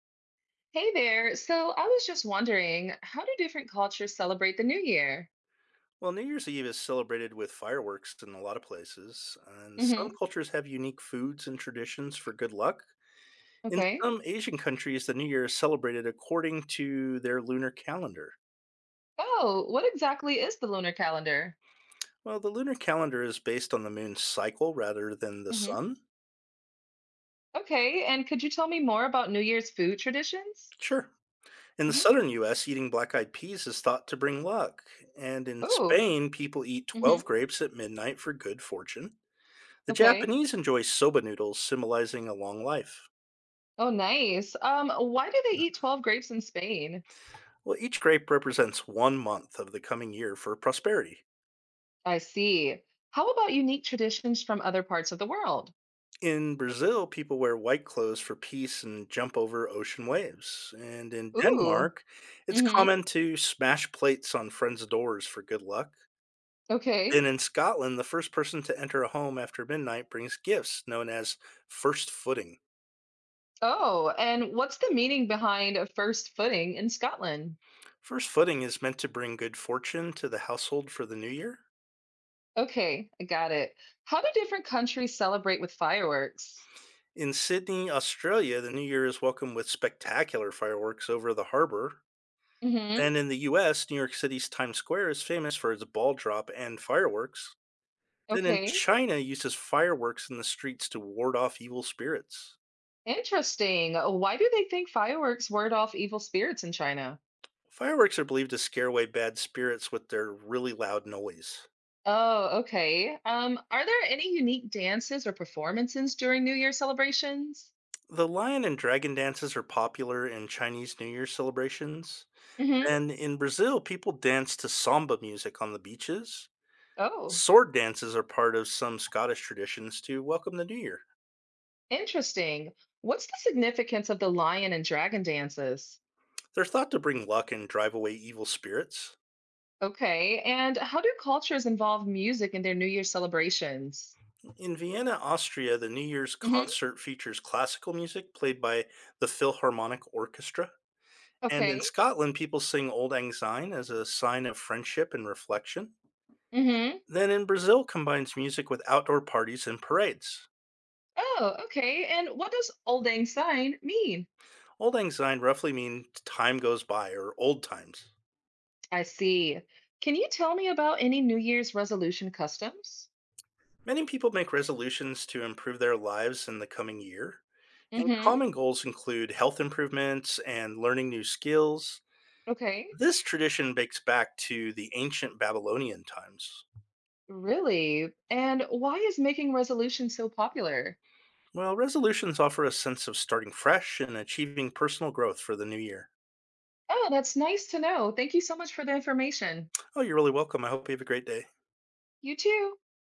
Hey there. So I was just wondering, how do different cultures celebrate the new year? Well, New Year's Eve is celebrated with fireworks in a lot of places, and Mm-hmm. some cultures have unique foods and traditions for good luck. In Okay. some Asian countries, the New Year is celebrated according to their lunar calendar. Oh, what exactly is the lunar calendar? Well, the lunar calendar is based on the moon's cycle rather than the Mm-hmm. sun. Okay, and could you tell me more about New Year's food traditions? Sure. In the Mm-hmm. southern US, eating black eyed peas is thought to bring luck. And in Oh. Spain, people eat Mm-hmm. 12 grapes at midnight for good fortune. The Okay. Japanese enjoy soba noodles, symbolizing a long life. Oh, nice. Why do they eat 12 grapes in Spain? Well, each grape represents one month of the coming year for prosperity. I see. How about unique traditions from other parts of the world? In Brazil, people wear white clothes for peace and jump over ocean waves. And in Ooh. Denmark, it's Mm-hmm. common to smash plates on friends' doors for good luck. Okay. And in Scotland, the first person to enter a home after midnight brings gifts known as first footing. Oh, and what's the meaning behind a first footing in Scotland? First footing is meant to bring good fortune to the household for the new year. Okay, I got it. How do different countries celebrate with fireworks? In Sydney, Australia, the new year is welcomed with spectacular fireworks over the harbour. Hmm. Then in the US, New York City's Times Square is famous for its ball drop and fireworks. Then in Okay, China uses fireworks in the streets to ward off evil spirits. interesting. Why do they think fireworks ward off evil spirits in China? Fireworks are believed to scare away bad spirits with their really loud noise. Oh, okay. Are there any unique dances or performances during New Year celebrations? The lion and dragon dances are popular in Chinese New Year celebrations. Hmm. And in Brazil, people dance to samba music on the beaches. Oh, Sword dances are part of some Scottish traditions to welcome the new year. interesting. What's the significance of the lion and dragon dances? They're thought to bring luck and drive away evil spirits. Okay, and how do cultures involve music in their New Year celebrations? In Vienna, Austria, the New Year's Hmm. concert features classical music played by the Philharmonic Orchestra. And in Okay. Scotland, people sing Old Lang Syne as a sign of friendship and reflection. Hmm. Then in Brazil, combines music with outdoor parties and parades. Oh, okay. And what does Old Lang Syne mean? Old Lang Syne roughly means time goes by or old times. I see. Can you tell me about any New Year's resolution customs? Many people make resolutions to improve their lives in the coming year. And Mm-hmm. common goals include health improvements and learning new skills. Okay. This tradition dates back to the ancient Babylonian times. Really? And why is making resolutions so popular? Well, resolutions offer a sense of starting fresh and achieving personal growth for the new year. Oh, that's nice to know. Thank you so much for the information. Oh, you're really welcome. I hope you have a great day. You too.